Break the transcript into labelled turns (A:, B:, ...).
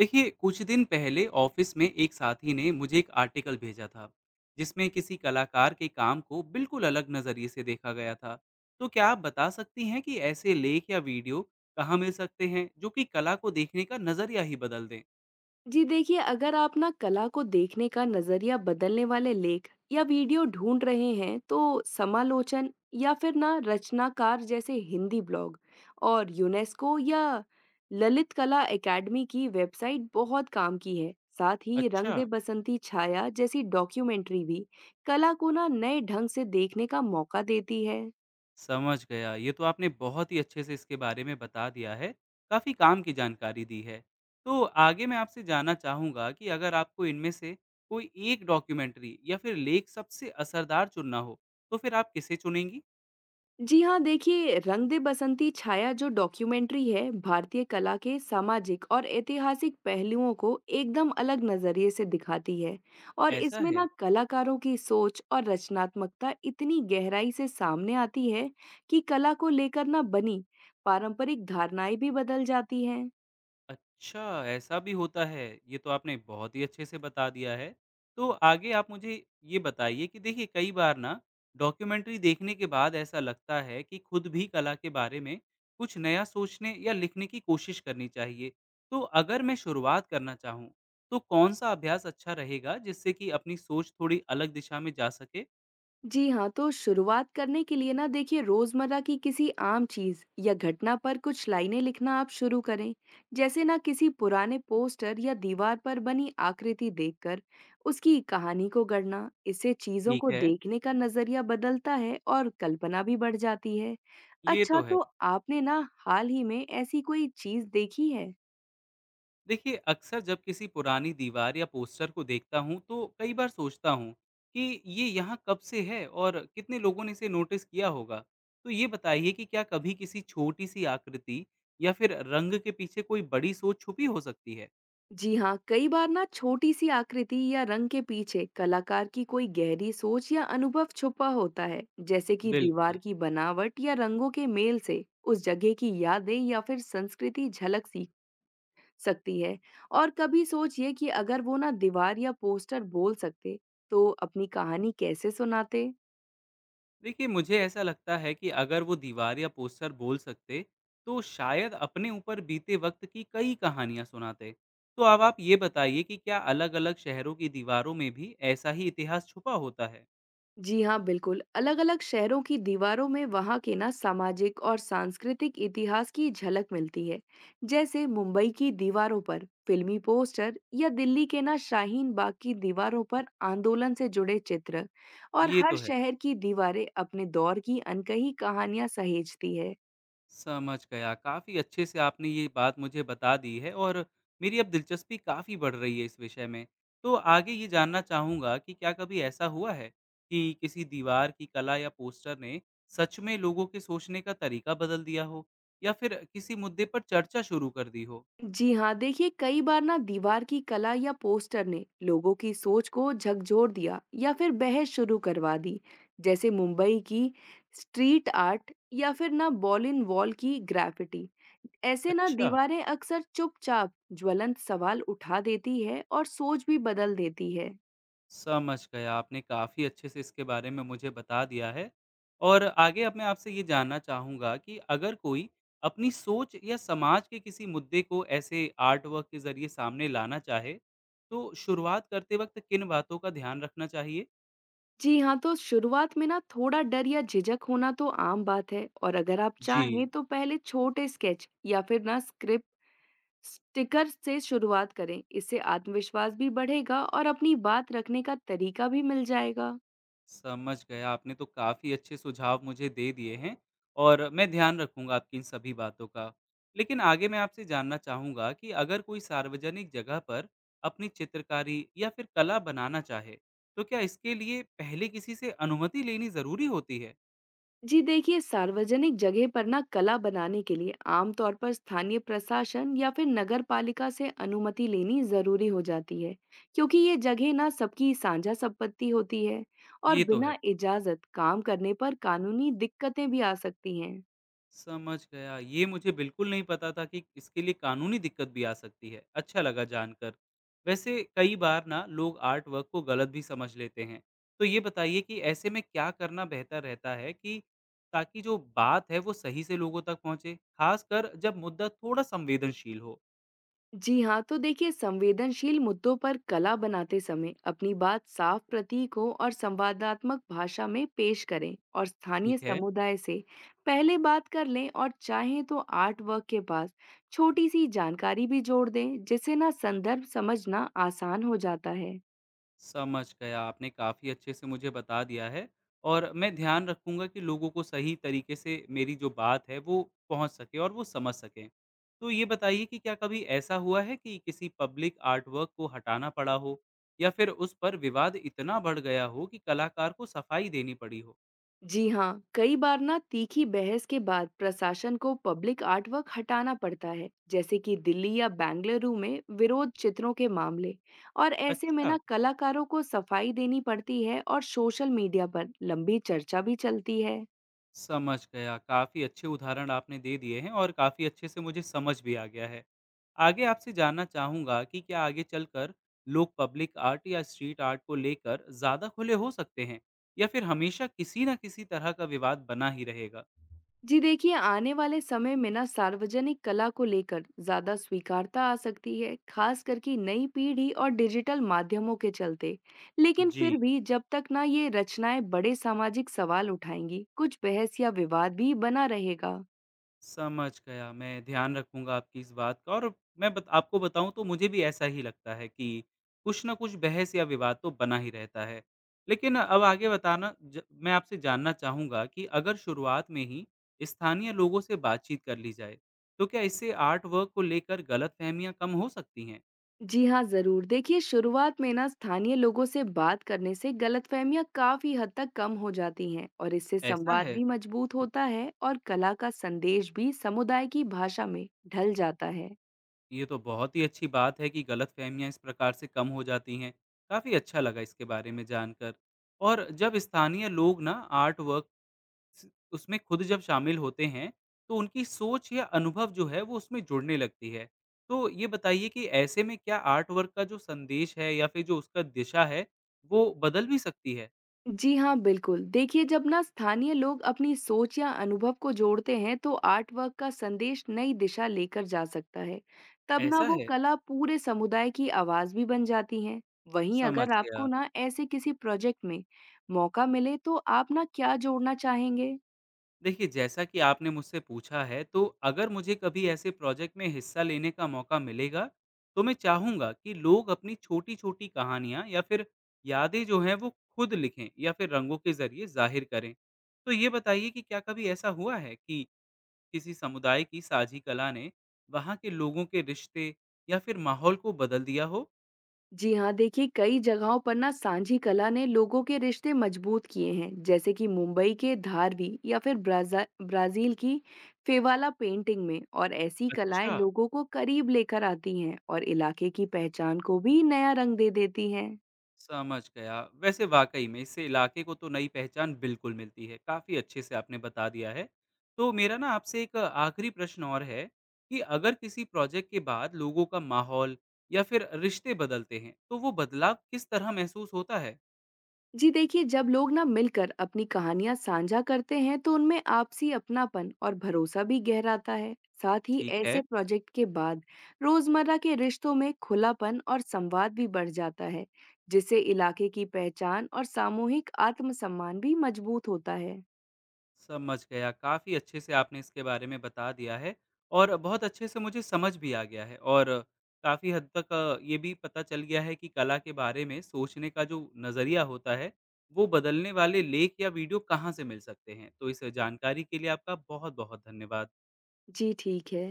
A: देखिए, कुछ दिन पहले ऑफिस में एक साथी ने मुझे एक आर्टिकल भेजा था जिसमें किसी कलाकार के काम को बिल्कुल अलग नजरिए से देखा गया था। तो क्या आप बता सकती हैं कि ऐसे लेख या वीडियो कहाँ मिल सकते हैं जो कि कला को देखने का नजरिया ही बदल दें?
B: जी देखिए, अगर आप ना कला को देखने का नज़रिया बदलने वाले लेख या वीडियो ढूंढ रहे हैं, तो समालोचन या फिर ना रचनाकार जैसे हिंदी ब्लॉग और यूनेस्को या ललित कला एकेडमी की वेबसाइट बहुत काम की है। साथ ही
A: अच्छा।
B: रंग दे बसंती छाया जैसी डॉक्यूमेंट्री भी कला को ना नए ढंग से देखने का मौका देती है।
A: समझ गया। ये तो आपने बहुत ही अच्छे से इसके बारे में बता दिया है। काफ़ी काम की जानकारी दी है। तो आगे मैं आपसे जानना चाहूँगा कि अगर आपको इनमें से कोई एक डॉक्यूमेंट्री या फिर लेख सबसे असरदार चुनना हो, तो फिर आप किसे चुनेंगी?
B: जी हाँ, देखिए रंग दे बसंती छाया जो डॉक्यूमेंट्री है, भारतीय कला के सामाजिक और ऐतिहासिक पहलुओं को एकदम अलग नजरिए से दिखाती है और
A: ऐसा
B: इसमें
A: है?
B: ना कलाकारों की सोच और रचनात्मकता इतनी गहराई से सामने आती है कि कला को लेकर ना बनी पारंपरिक धारणाएं भी बदल जाती हैं।
A: अच्छा, ऐसा भी होता है। ये तो आपने बहुत ही अच्छे से बता दिया है। तो आगे आप मुझे ये बताइए कि देखिए, कई बार ना डॉक्यूमेंट्री देखने के बाद ऐसा लगता है कि खुद भी कला के बारे में कुछ नया सोचने या लिखने की कोशिश करनी चाहिए। तो अगर मैं शुरुआत करना चाहूँ, तो कौन-सा अभ्यास अच्छा रहेगा जिससे कि अपनी सोच थोड़ी अलग दिशा में जा सके?
B: जी हाँ, तो शुरुआत करने के लिए ना देखिए रोजमर्रा की किसी आम चीज या घटना पर कुछ लाइनें लिखना आप शुरू करें। जैसे ना किसी पुराने पोस्टर या दीवार पर बनी आकृति देखकर उसकी कहानी को गढ़ना। इससे चीजों
A: ठीक
B: को
A: है।
B: देखने का नजरिया बदलता है और कल्पना भी बढ़ जाती है।
A: ये
B: अच्छा,
A: तो है।
B: तो आपने ना हाल ही में ऐसी कोई चीज देखी है?
A: देखिए, अक्सर जब किसी पुरानी दीवार या पोस्टर को देखता हूँ तो कई बार सोचता हूँ कि ये यहाँ कब से है और कितने लोगों ने इसे नोटिस किया होगा। तो ये बताइए कि क्या कभी किसी छोटी सी आकृति या फिर रंग के पीछे कोई बड़ी सोच छुपी हो सकती है?
B: जी हाँ, कई बार ना छोटी सी आकृति या रंग के पीछे कलाकार की कोई गहरी सोच या अनुभव छुपा होता है। जैसे कि
A: बिल्कुल।
B: दीवार की बनावट या रंगों के मेल से उस जगह की यादें या फिर संस्कृति झलक सी सकती है। और कभी सोचिए कि अगर वो ना दीवार या पोस्टर बोल सकते तो अपनी कहानी कैसे सुनाते।
A: देखिए, मुझे ऐसा लगता है कि अगर वो दीवार या पोस्टर बोल सकते तो शायद अपने ऊपर बीते वक्त की कई कहानियां सुनाते। तो अब आप ये बताइए कि क्या अलग-अलग शहरों की दीवारों में भी ऐसा ही इतिहास छुपा होता है?
B: जी हाँ, बिल्कुल। अलग-अलग शहरों की दीवारों में वहाँ के ना सामाजिक और सांस्कृतिक इतिहास की झलक मिलती है। जैसे मुंबई की दीवारों पर फिल्मी पोस्टर या दिल्ली के ना शाहीन बाग की दीवारों पर आंदोलन से जुड़े चित्र। और
A: ये
B: हर
A: तो है।
B: शहर की दीवारें अपने दौर की अनकही कहानियां सहेजती है।
A: समझ गया, काफ़ी अच्छे से आपने ये बात मुझे बता दी है और मेरी अब दिलचस्पी काफ़ी बढ़ रही है इस विषय में। तो आगे ये जानना चाहूँगा कि क्या कभी ऐसा हुआ है कि किसी दीवार की कला या पोस्टर ने सच में लोगों के सोचने का तरीका बदल दिया हो, या फिर किसी मुद्दे पर चर्चा शुरू कर दी हो?
B: जी हाँ, देखिए कई बार ना दीवार की कला या पोस्टर ने लोगों की सोच को झकझोर दिया या फिर बहस शुरू करवा दी। जैसे मुंबई की स्ट्रीट आर्ट या फिर ना बॉल इन वॉल की ग्राफिटी। ऐसे ना
A: अच्छा।
B: दीवारें अक्सर चुपचाप ज्वलंत सवाल उठा देती है और सोच भी बदल देती है।
A: समझ गया। आपने काफ़ी अच्छे से इसके बारे में मुझे बता दिया है। और आगे अब मैं आपसे ये जानना चाहूँगा कि अगर कोई अपनी सोच या समाज के किसी मुद्दे को ऐसे आर्ट वर्क के ज़रिए सामने लाना चाहे, तो शुरुआत करते वक़्त किन बातों का ध्यान रखना चाहिए?
B: जी हाँ, तो शुरुआत में ना थोड़ा डर या झिझक होना तो आम बात है। और अगर आप
A: जी।
B: चाहें तो पहले छोटे स्केच या फिर ना स्क्रिप्ट स्टिकर से शुरुआत करें। इससे आत्मविश्वास भी बढ़ेगा और अपनी बात रखने का तरीका भी मिल जाएगा।
A: समझ गया। आपने तो काफ़ी अच्छे सुझाव मुझे दे दिए हैं और मैं ध्यान रखूँगा आपकी इन सभी बातों का। लेकिन आगे मैं आपसे जानना चाहूँगा कि अगर कोई सार्वजनिक जगह पर अपनी चित्रकारी या फिर कला बनाना चाहे, तो क्या इसके लिए पहले किसी से अनुमति लेनी ज़रूरी होती है?
B: जी देखिए, सार्वजनिक जगह पर ना कला बनाने के लिए आमतौर पर स्थानीय प्रशासन या फिर नगर पालिका से अनुमति लेनी जरूरी हो जाती है, क्योंकि ये जगह ना सबकी साझा संपत्ति होती है और
A: ये तो है।
B: बिना इजाजत काम करने पर कानूनी दिक्कतें भी आ सकती हैं।
A: समझ गया। ये मुझे बिल्कुल नहीं पता था कि इसके लिए कानूनी दिक्कत भी आ सकती है। अच्छा लगा जानकर। वैसे कई बार ना लोग आर्ट वर्क को गलत भी समझ लेते हैं। तो ये बताइए कि ऐसे में क्या करना बेहतर रहता है कि ताकि जो बात है वो सही से लोगों तक पहुँचे, खासकर जब मुद्दा थोड़ा संवेदनशील हो?
B: जी हाँ, तो देखिए संवेदनशील मुद्दों पर कला बनाते समय अपनी बात साफ प्रतीकों और संवादात्मक भाषा में पेश करें और स्थानीय
A: ठीक है।
B: समुदाय से पहले बात कर लें। और चाहें तो आर्ट वर्क के पास छोटी सी जानकारी भी जोड़ दें, जिससे ना संदर्भ समझना आसान हो जाता है।
A: समझ गया। आपने काफ़ी अच्छे से मुझे बता दिया है और मैं ध्यान रखूँगा कि लोगों को सही तरीके से मेरी जो बात है वो पहुँच सके और वो समझ सकें। तो ये बताइए कि क्या कभी ऐसा हुआ है कि किसी पब्लिक आर्ट वर्क को हटाना पड़ा हो, या फिर उस पर विवाद इतना बढ़ गया हो कि कलाकार को सफाई देनी पड़ी हो?
B: जी हाँ, कई बार ना तीखी बहस के बाद प्रशासन को पब्लिक आर्ट वर्क हटाना पड़ता है, जैसे कि दिल्ली या बेंगलुरु में विरोध चित्रों के मामले। और ऐसे में
A: अच्छा।
B: ना कलाकारों को सफाई देनी पड़ती है और सोशल मीडिया पर लंबी चर्चा भी चलती है।
A: समझ गया। काफ़ी अच्छे उदाहरण आपने दे दिए हैं और काफ़ी अच्छे से मुझे समझ भी आ गया है। आगे आपसे जानना चाहूँगा कि क्या आगे चलकर लोग पब्लिक आर्ट या स्ट्रीट आर्ट को लेकर ज़्यादा खुले हो सकते हैं? या फिर हमेशा किसी न किसी तरह का विवाद बना ही रहेगा?
B: जी देखिए, आने वाले समय में ना सार्वजनिक कला को लेकर ज्यादा स्वीकारता आ सकती है, खास करके नई पीढ़ी और डिजिटल माध्यमों के चलते। लेकिन
A: जी।
B: फिर भी जब तक ना ये रचनाएं बड़े सामाजिक सवाल उठाएंगी, कुछ बहस या विवाद भी बना रहेगा।
A: समझ गया, मैं ध्यान रखूँगा आपकी इस बात का। और मैं बत आपको बताऊँ तो मुझे भी ऐसा ही लगता है कि कुछ ना कुछ बहस या विवाद तो बना ही रहता है। लेकिन अब आगे बताना ज मैं आपसे जानना चाहूँगा कि अगर शुरुआत में ही स्थानीय लोगों से बातचीत कर ली जाए, तो क्या इससे आर्ट वर्क को लेकर गलतफ़हमियाँ कम हो सकती हैं?
B: जी हाँ जरूर, देखिए शुरुआत में ना स्थानीय लोगों से बात करने से गलतफहमियां काफी हद तक कम हो जाती हैं और इससे
A: ऐसा
B: संवाद
A: है?
B: भी मजबूत होता है और कला का संदेश भी समुदाय की भाषा में ढल जाता है।
A: ये तो बहुत ही अच्छी बात है कि गलतफ़हमियाँ इस प्रकार से कम हो जाती हैं। काफ़ी अच्छा लगा इसके बारे में जानकर। और जब स्थानीय लोग ना आर्ट वर्क स उसमें खुद जब शामिल होते हैं, तो उनकी सोच या अनुभव जो है वो उसमें जुड़ने लगती है। तो ये बताइए कि ऐसे में क्या आर्ट वर्क का जो संदेश है या फिर जो उसका दिशा है, वो बदल भी सकती है?
B: जी हाँ, बिल्कुल। देखिए जब ना स्थानीय लोग अपनी सोच या अनुभव को जोड़ते हैं तो आर्ट वर्क का संदेश नई दिशा लेकर जा सकता है। तब ना
A: ऐसा
B: वो
A: है,
B: कला पूरे समुदाय की आवाज भी बन जाती है। वहीं
A: समझ
B: अगर
A: गया।
B: आपको ना ऐसे किसी प्रोजेक्ट में मौका मिले तो आप ना क्या जोड़ना चाहेंगे?
A: देखिए, जैसा कि आपने मुझसे पूछा है, तो अगर मुझे कभी ऐसे प्रोजेक्ट में हिस्सा लेने का मौका मिलेगा, तो मैं चाहूँगा कि लोग अपनी छोटी-छोटी कहानियाँ या फिर यादें जो हैं, वो खुद लिखें या फिर रंगों के ज़रिए ज़ाहिर करें। तो ये बताइए कि क्या कभी ऐसा हुआ है कि किसी समुदाय की साझी कला ने वहाँ के लोगों के रिश्ते या फिर माहौल को बदल दिया हो?
B: जी हाँ, देखिए कई जगहों पर ना सांझी कला ने लोगों के रिश्ते मजबूत किए हैं, जैसे कि मुंबई के धारवी या फिर ब्राजा ब्राजील की फेवाला पेंटिंग में। और ऐसी कलाएं
A: अच्छा।
B: लोगों को करीब लेकर आती हैं और इलाके की पहचान को भी नया रंग दे देती हैं।
A: समझ गया। वैसे वाक़ई में इससे इलाके को तो नई पहचान बिल्कुल मिलती है। काफ़ी अच्छे से आपने बता दिया है। तो मेरा ना आपसे एक आखिरी प्रश्न और है कि अगर किसी प्रोजेक्ट के बाद लोगों का माहौल या फिर रिश्ते बदलते हैं, तो वो बदलाव किस तरह महसूस होता है?
B: जी देखिए, जब लोग ना मिलकर अपनी कहानियां साझा करते हैं तो उनमें आपसी अपनापन और भरोसा भी गहराता है। साथ ही
A: ठीक है।
B: ऐसे प्रोजेक्ट के बाद रोजमर्रा के रिश्तों में खुलापन और संवाद भी बढ़ जाता है, जिससे इलाके की पहचान और सामूहिक आत्मसम्मान भी मजबूत होता है।
A: समझ गया। काफ़ी अच्छे से आपने इसके बारे में बता दिया है और बहुत अच्छे से मुझे समझ भी आ गया है। और काफ़ी हद तक ये भी पता चल गया है कि कला के बारे में सोचने का जो नज़रिया होता है, वो बदलने वाले लेख या वीडियो कहाँ से मिल सकते हैं। तो इस जानकारी के लिए आपका बहुत-बहुत धन्यवाद।
B: जी ठीक है।